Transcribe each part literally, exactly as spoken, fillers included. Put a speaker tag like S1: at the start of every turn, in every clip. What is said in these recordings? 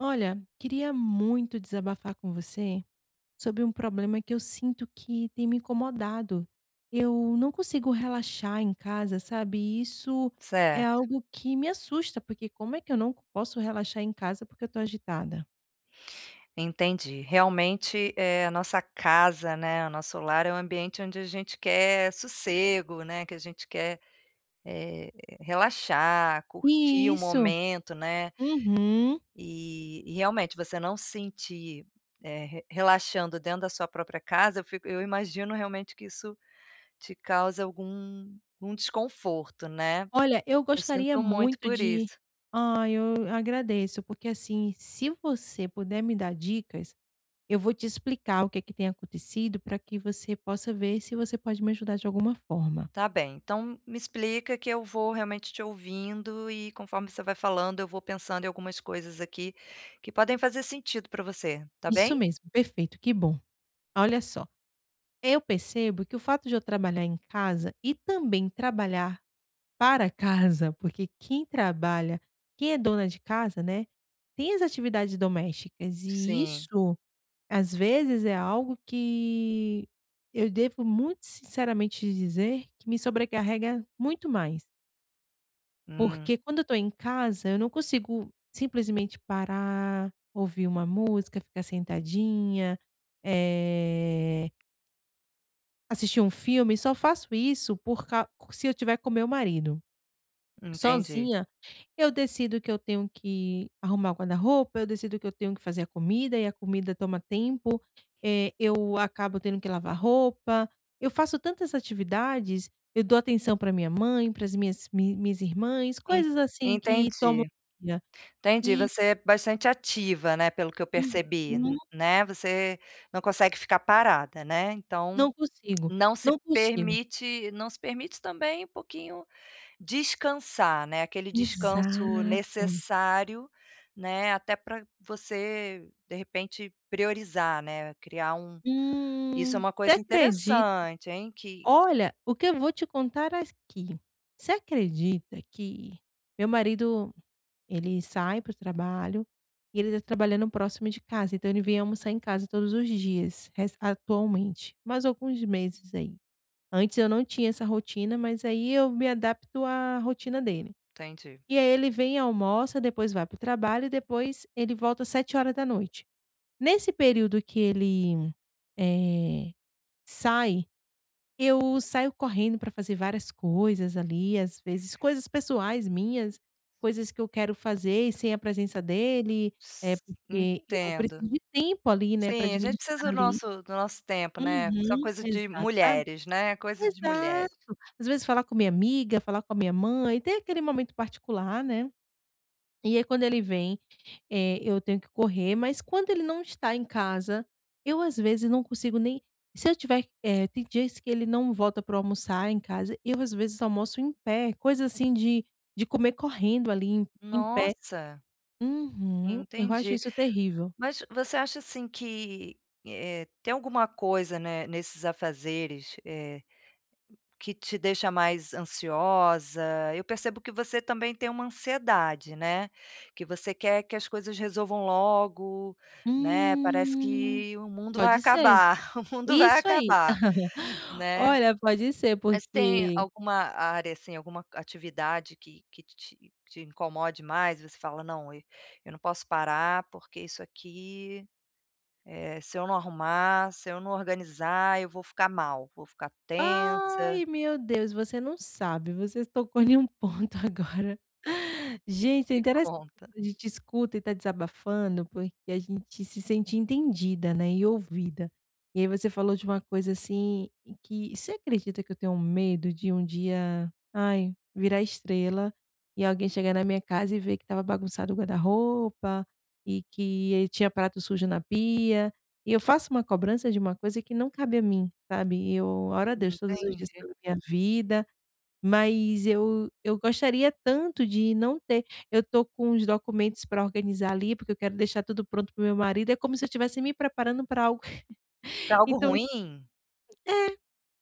S1: Olha, queria muito desabafar com você sobre um problema que eu sinto que tem me incomodado. Eu não consigo relaxar em casa, sabe? E Isso é
S2: Certo,
S1: algo que me assusta, porque como é que eu não posso relaxar em casa porque eu tô agitada?
S2: entendi. Realmente, é a nossa casa, né, o nosso lar é um ambiente onde a gente quer sossego, né, que a gente quer, eh, relaxar, curtir o
S1: Isso.
S2: momento, né,
S1: Uhum.
S2: e e realmente você não se sentir, eh, re relaxando dentro da sua própria casa, eu fico eu imagino realmente que isso te causa algum algum desconforto, né.
S1: Olha, eu
S2: Eu
S1: gostaria
S2: sinto muito
S1: muito
S2: por
S1: de.
S2: isso.
S1: Ah, eu agradeço, porque assim, se você puder me dar dicas, Eu vou te explicar o que é que tem acontecido para que você possa ver se você pode me ajudar de alguma forma.
S2: Tá bem, então me explica que eu vou realmente te ouvindo e conforme você vai falando, eu vou pensando em algumas coisas aqui que podem fazer sentido para você, tá bem?
S1: Isso mesmo, perfeito, que bom. Olha só, eu percebo que o fato de eu trabalhar em casa e também trabalhar para casa, porque quem trabalha, quem é dona de casa, né, tem as atividades domésticas e
S2: Sim,
S1: isso às vezes é algo que eu devo muito sinceramente dizer que me sobrecarrega muito mais.
S2: hum,
S1: Porque quando eu tô em casa, eu não consigo simplesmente parar, ouvir uma música, ficar sentadinha, eh, assistir um filme, só faço isso por cau se eu tiver com meu marido.
S2: entendi.
S1: Sozinha eu decido que eu tenho que arrumar o guarda-roupa, eu decido que eu tenho que fazer a comida e a comida toma tempo, eh, eu acabo tendo que lavar roupa. Eu faço tantas atividades, eu dou atenção para minha mãe, para as minhas mi minhas irmãs,
S2: En
S1: coisas assim que tomam
S2: entendi,
S1: dia.
S2: entendi.
S1: E
S2: Você é bastante ativa, né, pelo que eu percebi, n
S1: uhum,
S2: né, você não consegue ficar parada, né, então
S1: não consigo,
S2: não se
S1: não consigo.
S2: permite não se permite também um pouquinho descansar, né, aquele descanso
S1: Exato.
S2: necessário, né, até para você, de repente, priorizar, né, criar um
S1: Hum,
S2: isso é uma
S1: você
S2: coisa
S1: acredita
S2: interessante, hein, que
S1: olha, o que eu vou te contar aqui. Você acredita que meu marido ele sai para o trabalho e ele está trabalhando próximo de casa, então ele vem almoçar em casa todos os dias, res atualmente, mas alguns meses aí. Antes eu não tinha essa rotina, mas aí eu me adapto à rotina dele.
S2: entendi.
S1: E aí ele vem, almoça, depois vai para o trabalho e depois ele volta às sete horas da noite. Nesse período que ele, eh, sai eu saio correndo para fazer várias coisas ali, às vezes coisas pessoais minhas, coisas que eu quero fazer sem a presença dele, é
S2: S
S1: porque eu
S2: entendo.
S1: preciso de tempo ali, né, para
S2: Sim, a gente
S1: administrar
S2: precisa do
S1: ali.
S2: nosso do nosso tempo, né, só
S1: Uhum,
S2: coisa de
S1: exata
S2: mulheres, né, coisa de mulheres.
S1: exato. Às vezes falar com minha amiga, falar com a minha mãe, ter aquele momento particular, né. E aí quando ele vem eh, eu tenho que correr, mas quando ele não está em casa, eu às vezes não consigo nem se eu tiver eh, tem dias que ele não volta para almoçar em casa, eu às vezes almoço em pé, coisa assim de de comer correndo ali em em pé.
S2: Nossa,
S1: Uhum, eu acho
S2: entendi.
S1: isso terrível.
S2: Mas você acha, assim, que, eh, tem alguma coisa, né, nesses afazeres, eh Que te deixa mais ansiosa. Eu percebo que você também tem uma ansiedade, né, que você quer que as coisas resolvam logo, né, parece
S1: Hum,
S2: que o mundo vai
S1: pode ser.
S2: acabar, o mundo vai
S1: Isso aí.
S2: acabar, né.
S1: Olha, pode ser
S2: Mas tem
S1: porque
S2: alguma área, assim, alguma atividade que que te te incomode mais? Você fala: "Não, e eu não posso parar, porque isso aqui, eh, se eu não arrumar, se eu não organizar, eu vou ficar mal, vou ficar tensa".
S1: ai, meu Deus, você não sabe, você tocou em um ponto agora. Gente, é
S2: Me
S1: interessante
S2: conta.
S1: quando a gente escuta e tá desabafando, porque a gente se sente entendida, né, e ouvida. E aí você falou de uma coisa assim, e que você acredita que eu tenho medo de um dia, ai, virar estrela e alguém chegar na minha casa e ver que estava bagunçado o guarda-roupa e que eh, tinha prato sujo na pia? E eu faço uma cobrança de uma coisa que não cabe a mim, sabe. Eu oro a Deus todos os dias
S2: Entendi.
S1: pela minha vida, mas eu eu gostaria tanto de não ter eu tô com os documentos para organizar ali, porque eu quero deixar tudo pronto para meu marido, é como se eu estivesse me preparando para algo,
S2: Pra algo
S1: então
S2: ruim?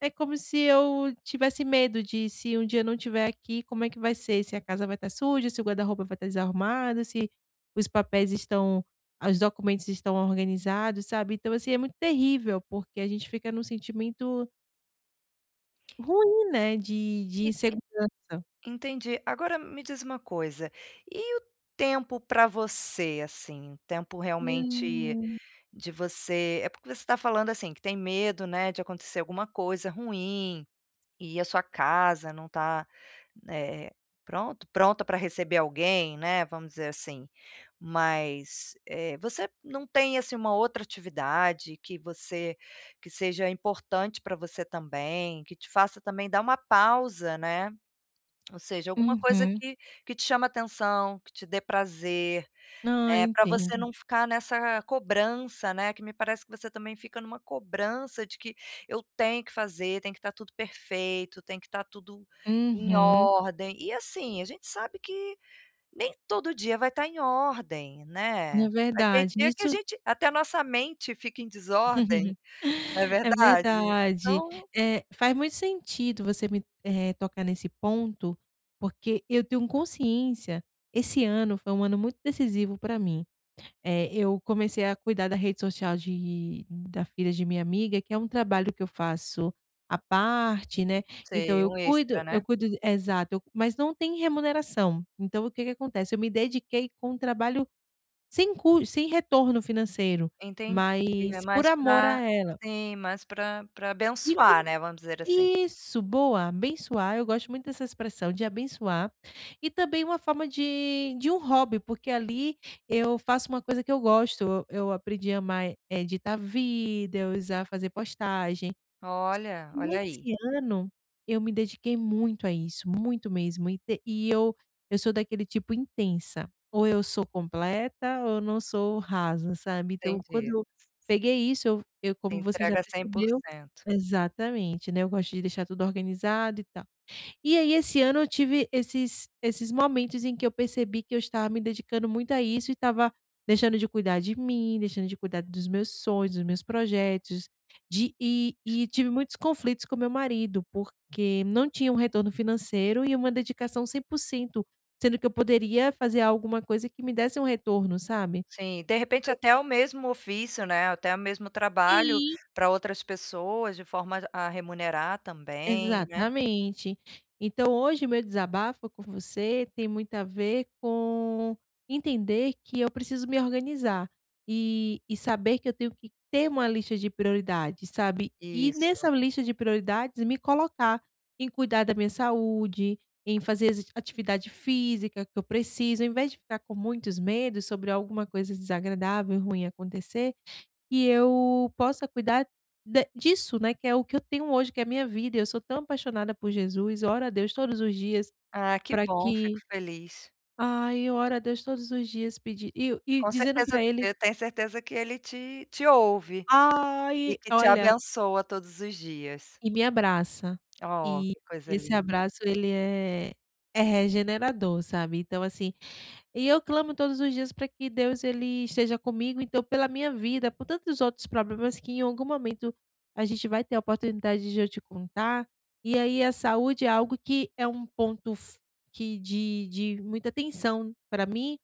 S1: é como se eu tivesse medo de se um dia eu não estiver aqui, como é que vai ser? Se a casa vai estar suja, se o guarda-roupa vai estar desarrumado, se os papéis estão os documentos estão organizados, sabe. Então, assim, é muito terrível, porque a gente fica num sentimento ruim, né, de de
S2: E
S1: insegurança.
S2: entendi. Agora me diz uma coisa, e o tempo para você, assim, o tempo realmente
S1: Hum.
S2: de você é porque você está falando, assim, que tem medo, né, de acontecer alguma coisa ruim. E a sua casa não está eh, pronto pronta para receber alguém, né, vamos dizer assim. Mas, eh, você não tem, assim, uma outra atividade que você que seja importante para você também, que te faça também dar uma pausa, né. Ou seja, alguma coisa
S1: Uhum.
S2: que que te chama atenção, que te dê prazer.
S1: Ah,
S2: Né, para você
S1: entendo.
S2: não ficar nessa cobrança, né, que me parece que você também fica numa cobrança de que eu tenho que fazer, tem que estar tudo perfeito, tem que estar tudo em
S1: Uhum.
S2: ordem. E assim, a gente sabe que nem todo dia vai estar em ordem,
S1: É
S2: né. Vai ter
S1: verdade.
S2: dia que a
S1: Isso
S2: gente até a nossa mente fica em desordem, não é
S1: é
S2: verdade?
S1: verdade.
S2: Então
S1: Eh, faz muito sentido você me, eh, tocar nesse ponto, porque eu tenho consciência esse ano foi um ano muito decisivo para mim. Eh, eu comecei a cuidar da rede social de da filha de minha amiga, que é um trabalho que eu faço à parte, né, então
S2: sei,
S1: eu
S2: um extra,
S1: cuido eu
S2: né.
S1: cuido exato, eu- mas não tem remuneração. Então o que que acontece, eu me dediquei com um trabalho sem cus sem retorno financeiro,
S2: Entendi, é
S1: mas por
S2: mais
S1: amor
S2: pra
S1: a ela.
S2: sim, mais para para
S1: E
S2: abençoar,
S1: como
S2: né, vamos dizer assim.
S1: isso, boa, abençoar, eu gosto muito dessa expressão de abençoar, e também uma forma de de um hobby, porque ali eu faço uma coisa que eu gosto, eu eu aprendi a amar eh, editar vídeos, a fazer postagem.
S2: Olha,
S1: E
S2: olha aí.
S1: nesse ano, eu me dediquei muito a isso, muito mesmo, e te e eu eu sou daquele tipo intensa, ou eu sou completa ou eu não sou rasa, sabe. Então quando
S2: Entendi.
S1: eu peguei isso, eu eu como você já
S2: Entrega cem por
S1: percebeu
S2: cento
S1: exatamente, né, eu gosto de deixar tudo organizado e tal. E aí esse ano eu tive esses esses momentos em que eu percebi que eu estava me dedicando muito a isso e estava deixando de cuidar de mim, deixando de cuidar dos meus sonhos, dos meus projetos, de e e tive muitos conflitos com meu marido, porque não tinha um retorno financeiro e uma dedicação cem por cento sendo que eu poderia fazer alguma coisa que me desse um retorno, sabe?
S2: Sim, de repente até o mesmo ofício, né, até o mesmo trabalho
S1: Sim.
S2: para outras pessoas de forma a remunerar também, né.
S1: Exatamente. Então hoje meu desabafo com você tem muito a ver com entender que eu preciso me organizar e e saber que eu tenho que ter uma lista de prioridades, sabe. E
S2: Isso.
S1: nessa lista de prioridades me colocar em cuidar da minha saúde, em fazer exer atividade física que eu preciso, em vez de ficar com muitos medos sobre alguma coisa desagradável e ruim acontecer que eu possa cuidar da disso, né, que é o que eu tenho hoje, que é a minha vida. Eu sou tão apaixonada por Jesus, oro a Deus todos os dias
S2: Ah, que
S1: para
S2: bom, fico
S1: que
S2: feliz.
S1: ai, eu oro a Deus todos os dias pedi e e
S2: Com
S1: dizendo
S2: certeza,
S1: para ele:
S2: eu tenho certeza que ele te te ouve e
S1: "Ai",
S2: que te
S1: olha,
S2: abençoa todos os dias.
S1: e me abraça.
S2: Oh,
S1: E
S2: que coisa
S1: esse
S2: linda.
S1: abraço ele é é regenerador, sabe. Então assim, e eu clamo todos os dias para que Deus ele esteja comigo, então pela minha vida, por tantos outros problemas que em algum momento a gente vai ter a oportunidade de eu te contar. E aí a saúde é algo que é um ponto f que de de muita tensão para mim,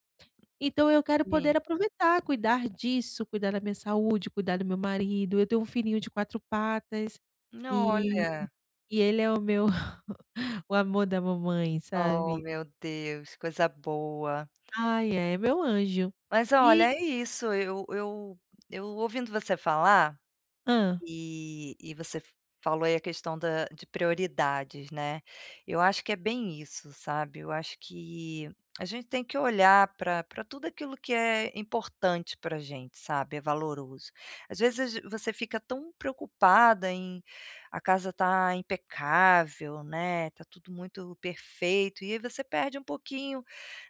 S1: então eu quero
S2: Sim.
S1: poder aproveitar, cuidar disso, cuidar da minha saúde, cuidar do meu marido. Eu tenho um filhinho de quatro patas, e
S2: Olha,
S1: e ele é o meu o amor da mamãe,
S2: oh
S1: sabe.
S2: meu Deus, coisa boa.
S1: Ai, é é meu anjo.
S2: Mas olha,
S1: E
S2: é isso, eu eu eu ouvindo você falar.
S1: hã.
S2: E e você falou aí a questão da de prioridades, né. Eu acho que é bem isso, sabe. Eu acho que a gente tem que olhar para pra tudo aquilo que é importante pra gente, sabe, é valoroso. Às vezes você fica tão preocupada em a casa tá impecável, né, tá tudo muito perfeito, e aí você perde um pouquinho,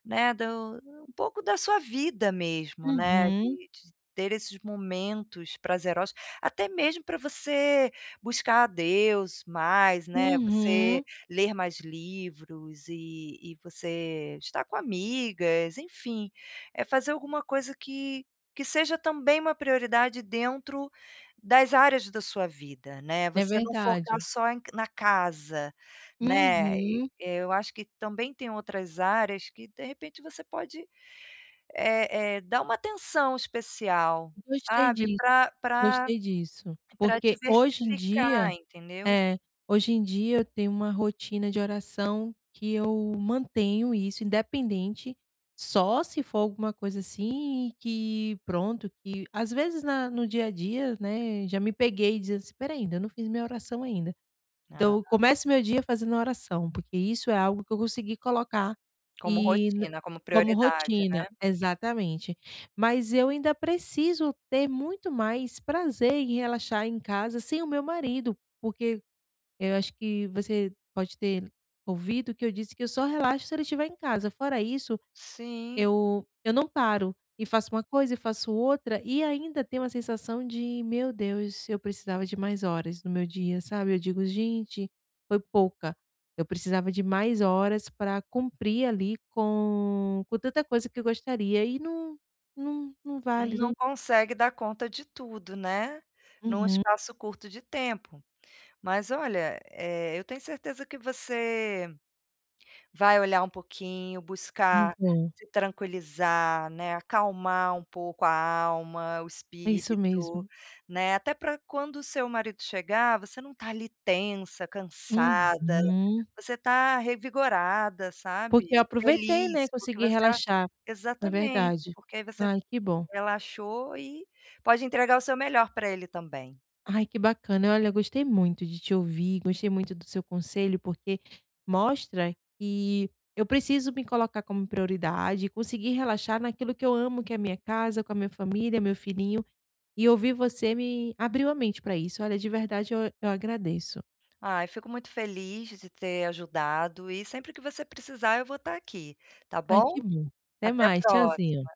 S2: né, do um pouco da sua vida mesmo, né. Uhum.
S1: Uhum,
S2: de de ter esses momentos prazerosos, até mesmo para você buscar a Deus mais, né. Uhum. Você
S1: uhum.
S2: ler mais livros e e você estar com amigas, enfim, é fazer alguma coisa que que seja também uma prioridade dentro das áreas da sua vida, né,
S1: É
S2: você não focar
S1: verdade.
S2: só em na casa, né.
S1: Uhum.
S2: Eh, eu acho que também tem outras áreas que, de repente, você pode, eh eh, dar uma atenção especial,
S1: Gostei
S2: sabe,
S1: disso,
S2: para pra
S1: gostei disso.
S2: pra
S1: Porque hoje em
S2: diversificar,
S1: dia
S2: entendeu?
S1: é, hoje em dia eu tenho uma rotina de oração que eu mantenho isso independente, só se for alguma coisa assim que pronto, que às vezes na no dia a dia, né, já me peguei dizendo assim: "Espera ainda, eu não fiz minha oração ainda".
S2: Ah,
S1: Então eu começo meu dia fazendo oração, porque isso é algo que eu consegui colocar
S2: como
S1: e no
S2: rotina, como
S1: como
S2: prioridade,
S1: rotina.
S2: né.
S1: Exatamente. Mas eu ainda preciso ter muito mais prazer em relaxar em casa sem o meu marido, porque eu acho que você pode ter ouvido que eu disse que eu só relaxo se ele estiver em casa, fora isso
S2: Sim,
S1: eu eu não paro, e faço uma coisa e faço outra, e ainda tenho uma sensação de: "Meu Deus, eu precisava de mais horas no meu dia", sabe. Eu digo: "Gente, foi pouca". Eu precisava de mais horas para cumprir ali com com tanta coisa que eu gostaria e não não não vale,
S2: não
S1: não
S2: consegue dar conta de tudo, né, num
S1: uhum,
S2: espaço curto de tempo. Mas olha, eh, eu tenho certeza que você vai olhar um pouquinho,
S1: não
S2: buscar
S1: vou.
S2: se tranquilizar, né, acalmar um pouco a alma, o
S1: É isso
S2: espírito,
S1: mesmo.
S2: né, até para quando o seu marido chegar, você não tá ali tensa, cansada,
S1: Uhum.
S2: você tá revigorada,
S1: Porque eu
S2: sabe,
S1: aproveitei, né,
S2: feliz, porque
S1: consegui
S2: você a
S1: relaxar. É
S2: exatamente,
S1: verdade.
S2: porque aí você
S1: Ai, que bom.
S2: relaxou e pode entregar o seu melhor para ele também.
S1: Ai, que bacana. Olha, gostei muito de te ouvir, gostei muito do seu conselho, porque mostra que eu preciso me colocar como prioridade, conseguir relaxar naquilo que eu amo, que é a minha casa, com a minha família, meu filhinho, e ouvir você me abriu a mente para isso. Olha, de verdade, eu, eu agradeço.
S2: Ah, eu fico muito feliz de ter ajudado e sempre que você precisar eu vou estar aqui, tá
S1: Ai,
S2: bom?
S1: que bom. Até
S2: Até a
S1: mais.
S2: próxima.
S1: Tchauzinho.